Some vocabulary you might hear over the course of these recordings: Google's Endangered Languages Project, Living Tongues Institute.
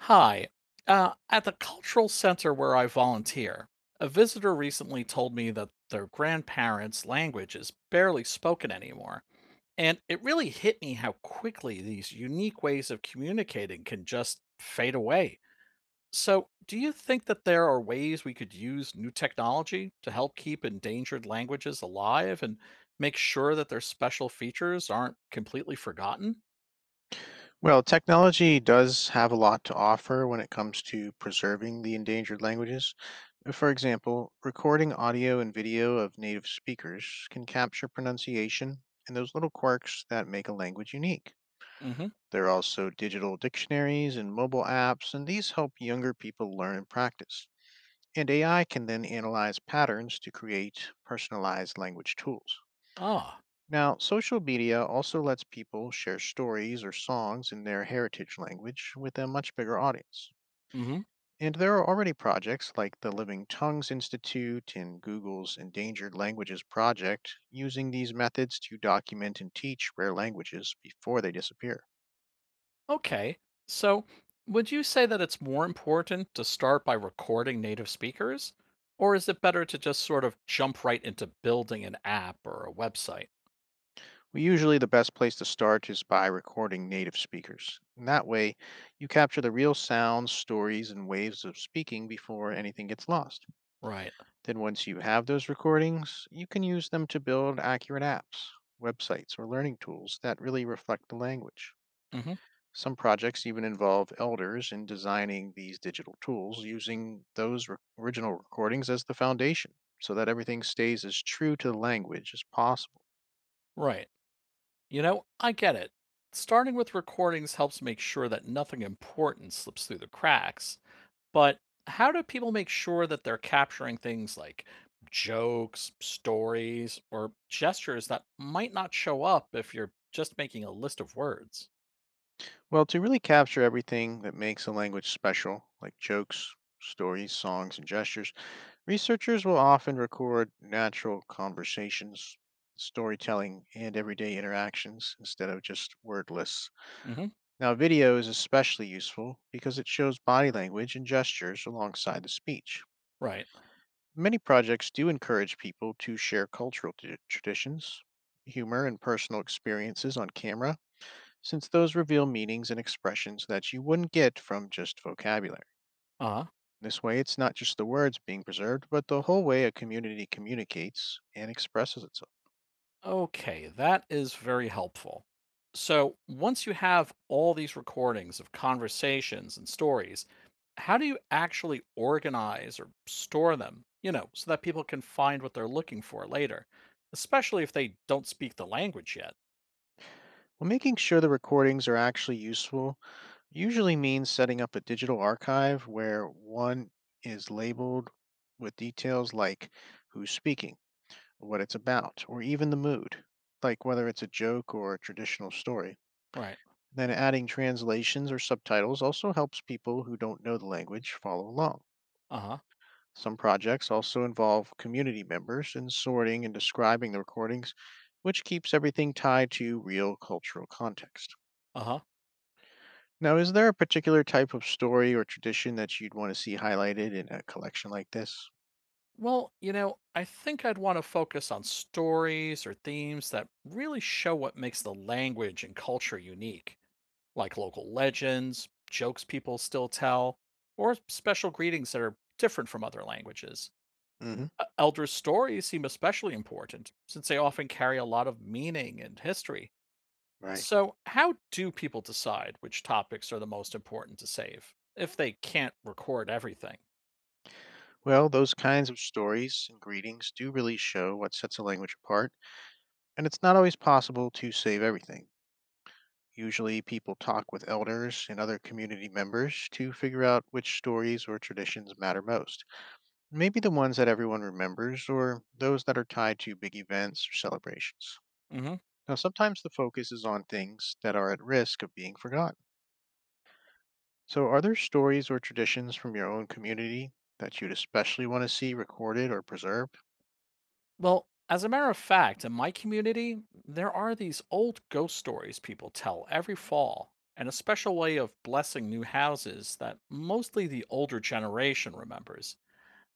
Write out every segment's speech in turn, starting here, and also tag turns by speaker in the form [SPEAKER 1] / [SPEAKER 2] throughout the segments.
[SPEAKER 1] Hi. At the cultural center where I volunteer, a visitor recently told me that their grandparents' language is barely spoken anymore. And it really hit me how quickly these unique ways of communicating can just fade away. So, do you think that there are ways we could use new technology to help keep endangered languages alive and make sure that their special features aren't completely forgotten?
[SPEAKER 2] Well, technology does have a lot to offer when it comes to preserving the endangered languages. For example, recording audio and video of native speakers can capture pronunciation and those little quirks that make a language unique.
[SPEAKER 1] hmm
[SPEAKER 2] There are also digital dictionaries and mobile apps, and these help younger people learn and practice. And AI can then analyze patterns to create personalized language tools.
[SPEAKER 1] Ah.
[SPEAKER 2] Now, social media also lets people share stories or songs in their heritage language with a much bigger audience.
[SPEAKER 1] hmm
[SPEAKER 2] And there are already projects like the Living Tongues Institute and Google's Endangered Languages Project using these methods to document and teach rare languages before they disappear.
[SPEAKER 1] Okay, so would you say that it's more important to start by recording native speakers? Or is it better to just sort of jump right into building an app or a website?
[SPEAKER 2] Well, usually the best place to start is by recording native speakers. And that way, you capture the real sounds, stories, and ways of speaking before anything gets lost.
[SPEAKER 1] Right.
[SPEAKER 2] Then, once you have those recordings, you can use them to build accurate apps, websites, or learning tools that really reflect the language.
[SPEAKER 1] hmm
[SPEAKER 2] Some projects even involve elders in designing these digital tools using those original recordings as the foundation so that everything stays as true to the language as possible.
[SPEAKER 1] Right. You know, I get it. Starting with recordings helps make sure that nothing important slips through the cracks. But how do people make sure that they're capturing things like jokes, stories, or gestures that might not show up if you're just making a list of words?
[SPEAKER 2] Well, to really capture everything that makes a language special, like jokes, stories, songs, and gestures, researchers will often record natural conversations, storytelling, and everyday interactions instead of just word lists. Now, video is especially useful because it shows body language and gestures alongside the speech.
[SPEAKER 1] Right.
[SPEAKER 2] Many projects do encourage people to share cultural traditions, humor, and personal experiences on camera since those reveal meanings and expressions that you wouldn't get from just vocabulary.
[SPEAKER 1] Uh,
[SPEAKER 2] This way, it's not just the words being preserved, but the whole way a community communicates and expresses itself.
[SPEAKER 1] okay, that is very helpful. So, once you have all these recordings of conversations and stories, how do you actually organize or store them, you know, so that people can find what they're looking for later, especially if they don't speak the language yet?
[SPEAKER 2] Well, making sure the recordings are actually useful usually means setting up a digital archive where one is labeled with details like who's speaking, what it's about, or even the mood, like whether it's a joke or a traditional story.
[SPEAKER 1] Right.
[SPEAKER 2] Then adding translations or subtitles also helps people who don't know the language follow along.
[SPEAKER 1] Uh huh.
[SPEAKER 2] Some projects also involve community members in sorting and describing the recordings, which keeps everything tied to real cultural context.
[SPEAKER 1] Uh huh.
[SPEAKER 2] Now, is there a particular type of story or tradition that you'd want to see highlighted in a collection like this?
[SPEAKER 1] Well, you know, I think I'd want to focus on stories or themes that really show what makes the language and culture unique like local legends, jokes people still tell, or special greetings that are different from other languages.
[SPEAKER 2] Hmm.
[SPEAKER 1] Elder stories seem especially important since they often carry a lot of meaning and history.
[SPEAKER 2] Right.
[SPEAKER 1] So, how do people decide which topics are the most important to save if they can't record everything?
[SPEAKER 2] Well, those kinds of stories and greetings do really show what sets a language apart, and it's not always possible to save everything. Usually, people talk with elders and other community members to figure out which stories or traditions matter most. Maybe the ones that everyone remembers or those that are tied to big events or celebrations.
[SPEAKER 1] Mm-hmm.
[SPEAKER 2] Now, sometimes the focus is on things that are at risk of being forgotten. So, are there stories or traditions from your own community that you'd especially want to see recorded or preserved?
[SPEAKER 1] Well, as a matter of fact, in my community, there are these old ghost stories people tell every fall, and a special way of blessing new houses that mostly the older generation remembers.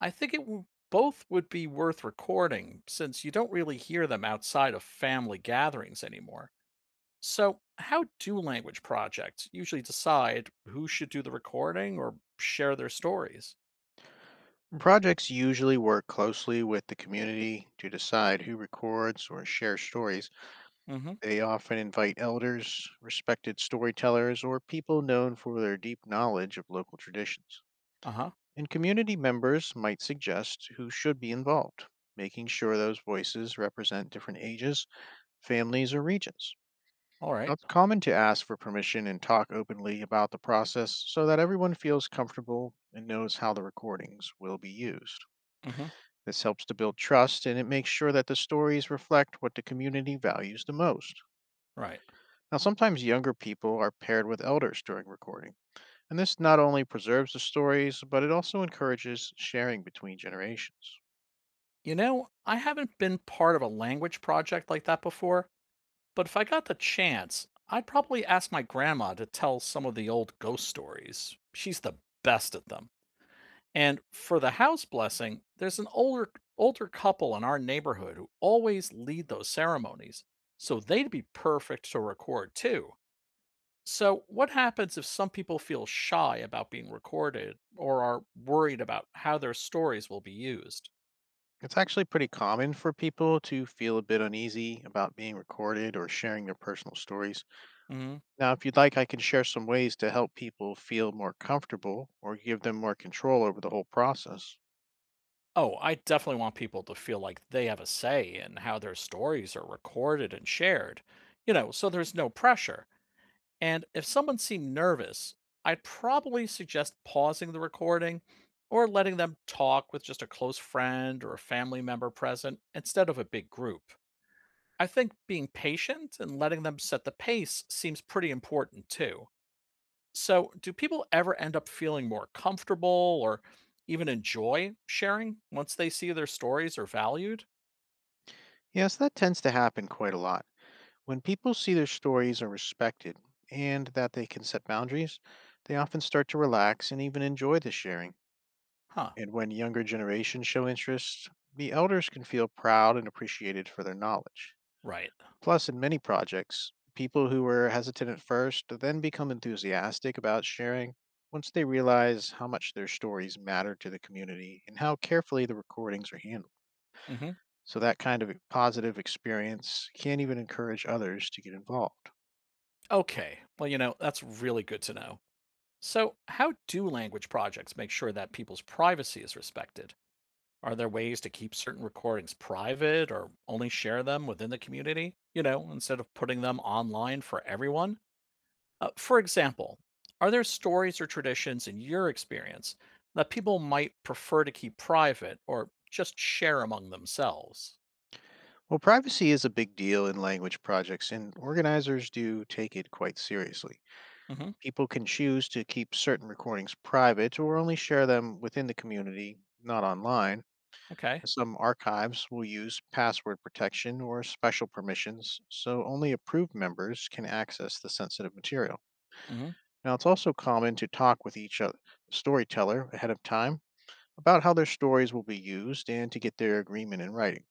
[SPEAKER 1] I think it w- Both would be worth recording since you don't really hear them outside of family gatherings anymore. So, how do language projects usually decide who should do the recording or share their stories?
[SPEAKER 2] Projects usually work closely with the community to decide who records or shares stories.
[SPEAKER 1] Mm hmm.
[SPEAKER 2] They often invite elders, respected storytellers, or people known for their deep knowledge of local traditions.
[SPEAKER 1] Uh huh.
[SPEAKER 2] And community members might suggest who should be involved, making sure those voices represent different ages, families, or regions.
[SPEAKER 1] All
[SPEAKER 2] Now,
[SPEAKER 1] right.
[SPEAKER 2] it's common to ask for permission and talk openly about the process so that everyone feels comfortable and knows how the recordings will be used.
[SPEAKER 1] Mm hmm.
[SPEAKER 2] This helps to build trust and it makes sure that the stories reflect what the community values the most.
[SPEAKER 1] Right.
[SPEAKER 2] Now, sometimes younger people are paired with elders during recording, and this not only preserves the stories, but it also encourages sharing between generations.
[SPEAKER 1] You know, I haven't been part of a language project like that before, but if I got the chance, I'd probably ask my grandma to tell some of the old ghost stories. She's the best at them. And for the house blessing, there's an older couple in our neighborhood who always lead those ceremonies, so they'd be perfect to record too. So, what happens if some people feel shy about being recorded or are worried about how their stories will be used?
[SPEAKER 2] It's actually pretty common for people to feel a bit uneasy about being recorded or sharing their personal stories.
[SPEAKER 1] Mm-hmm.
[SPEAKER 2] Now, if you'd like, I can share some ways to help people feel more comfortable or give them more control over the whole process.
[SPEAKER 1] Oh, I definitely want people to feel like they have a say in how their stories are recorded and shared, you know, so there's no pressure. And if someone seemed nervous, I'd probably suggest pausing the recording or letting them talk with just a close friend or a family member present instead of a big group. I think being patient and letting them set the pace seems pretty important too. So, do people ever end up feeling more comfortable or even enjoy sharing once they see their stories are valued?
[SPEAKER 2] Yes, that tends to happen quite a lot. When people see their stories are respected and that they can set boundaries, they often start to relax and even enjoy the sharing.
[SPEAKER 1] Huh,
[SPEAKER 2] And when younger generations show interest, the elders can feel proud and appreciated for their knowledge.
[SPEAKER 1] right.
[SPEAKER 2] Plus, in many projects, people who were hesitant at first then become enthusiastic about sharing once they realize how much their stories matter to the community and how carefully the recordings are handled.
[SPEAKER 1] hmm
[SPEAKER 2] So that kind of positive experience can even encourage others to get involved.
[SPEAKER 1] Okay. Well, you know, that's really good to know. So, how do language projects make sure that people's privacy is respected? Are there ways to keep certain recordings private or only share them within the community, you know, instead of putting them online for everyone? For example, are there stories or traditions in your experience that people might prefer to keep private or just share among themselves?
[SPEAKER 2] Well, privacy is a big deal in language projects, and organizers do take it quite seriously.
[SPEAKER 1] hmm
[SPEAKER 2] People can choose to keep certain recordings private or only share them within the community, not online.
[SPEAKER 1] Okay.
[SPEAKER 2] Some archives will use password protection or special permissions, so only approved members can access the sensitive material.
[SPEAKER 1] hmm
[SPEAKER 2] Now, it's also common to talk with each other, storyteller ahead of time about how their stories will be used and to get their agreement in writing.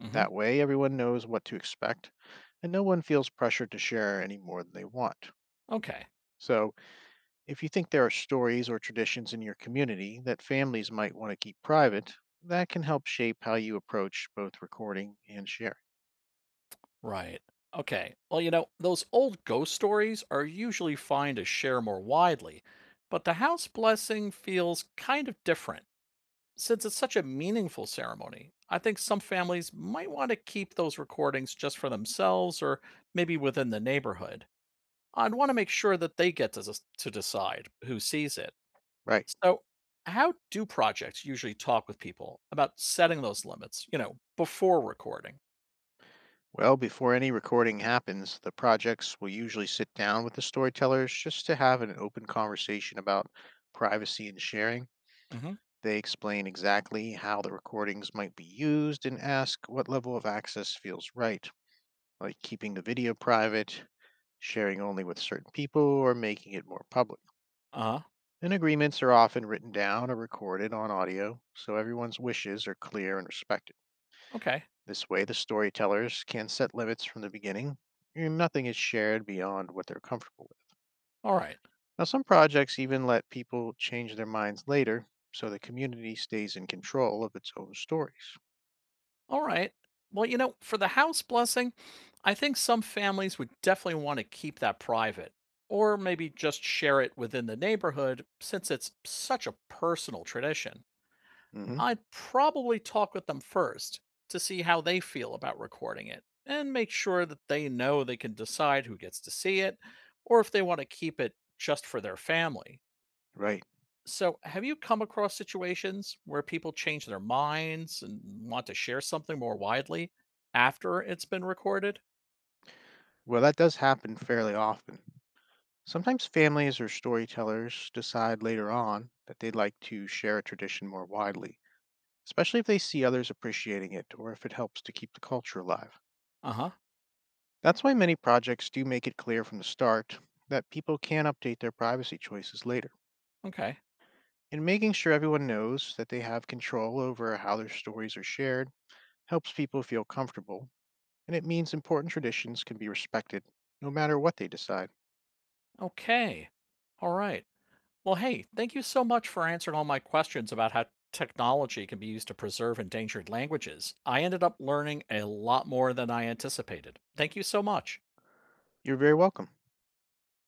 [SPEAKER 1] hmm
[SPEAKER 2] That way, everyone knows what to expect and no one feels pressured to share any more than they want.
[SPEAKER 1] Okay.
[SPEAKER 2] So, if you think there are stories or traditions in your community that families might want to keep private, that can help shape how you approach both recording and sharing.
[SPEAKER 1] Right. Okay. Well, you know, those old ghost stories are usually fine to share more widely, but the house blessing feels kind of different. Since it's such a meaningful ceremony, I think some families might want to keep those recordings just for themselves or maybe within the neighborhood. I'd want to make sure that they get to des- to decide who sees it.
[SPEAKER 2] Right.
[SPEAKER 1] So, how do projects usually talk with people about setting those limits? You know, before recording.
[SPEAKER 2] Well, before any recording happens, the projects will usually sit down with the storytellers just to have an open conversation about privacy and sharing.
[SPEAKER 1] hmm
[SPEAKER 2] They explain exactly how the recordings might be used and ask what level of access feels right, like keeping the video private, sharing only with certain people, or making it more public.
[SPEAKER 1] Uh,
[SPEAKER 2] And agreements are often written down or recorded on audio, so everyone's wishes are clear and respected.
[SPEAKER 1] okay.
[SPEAKER 2] This way, the storytellers can set limits from the beginning, and nothing is shared beyond what they're comfortable with.
[SPEAKER 1] All right.
[SPEAKER 2] Now, some projects even let people change their minds later, so the community stays in control of its own stories.
[SPEAKER 1] All right. Well, you know, for the house blessing, I think some families would definitely want to keep that private or maybe just share it within the neighborhood since it's such a personal tradition.
[SPEAKER 2] Hmm.
[SPEAKER 1] I'd probably talk with them first to see how they feel about recording it and make sure that they know they can decide who gets to see it or if they want to keep it just for their family.
[SPEAKER 2] Right.
[SPEAKER 1] So, have you come across situations where people change their minds and want to share something more widely after it's been recorded?
[SPEAKER 2] Well, that does happen fairly often. Sometimes families or storytellers decide later on that they'd like to share a tradition more widely, especially if they see others appreciating it or if it helps to keep the culture alive.
[SPEAKER 1] Uh huh.
[SPEAKER 2] That's why many projects do make it clear from the start that people can update their privacy choices later.
[SPEAKER 1] Okay.
[SPEAKER 2] And making sure everyone knows that they have control over how their stories are shared helps people feel comfortable, and it means important traditions can be respected no matter what they decide.
[SPEAKER 1] Okay. All right. Well, hey, thank you so much for answering all my questions about how technology can be used to preserve endangered languages. I ended up learning a lot more than I anticipated. Thank you so much.
[SPEAKER 2] You're very welcome.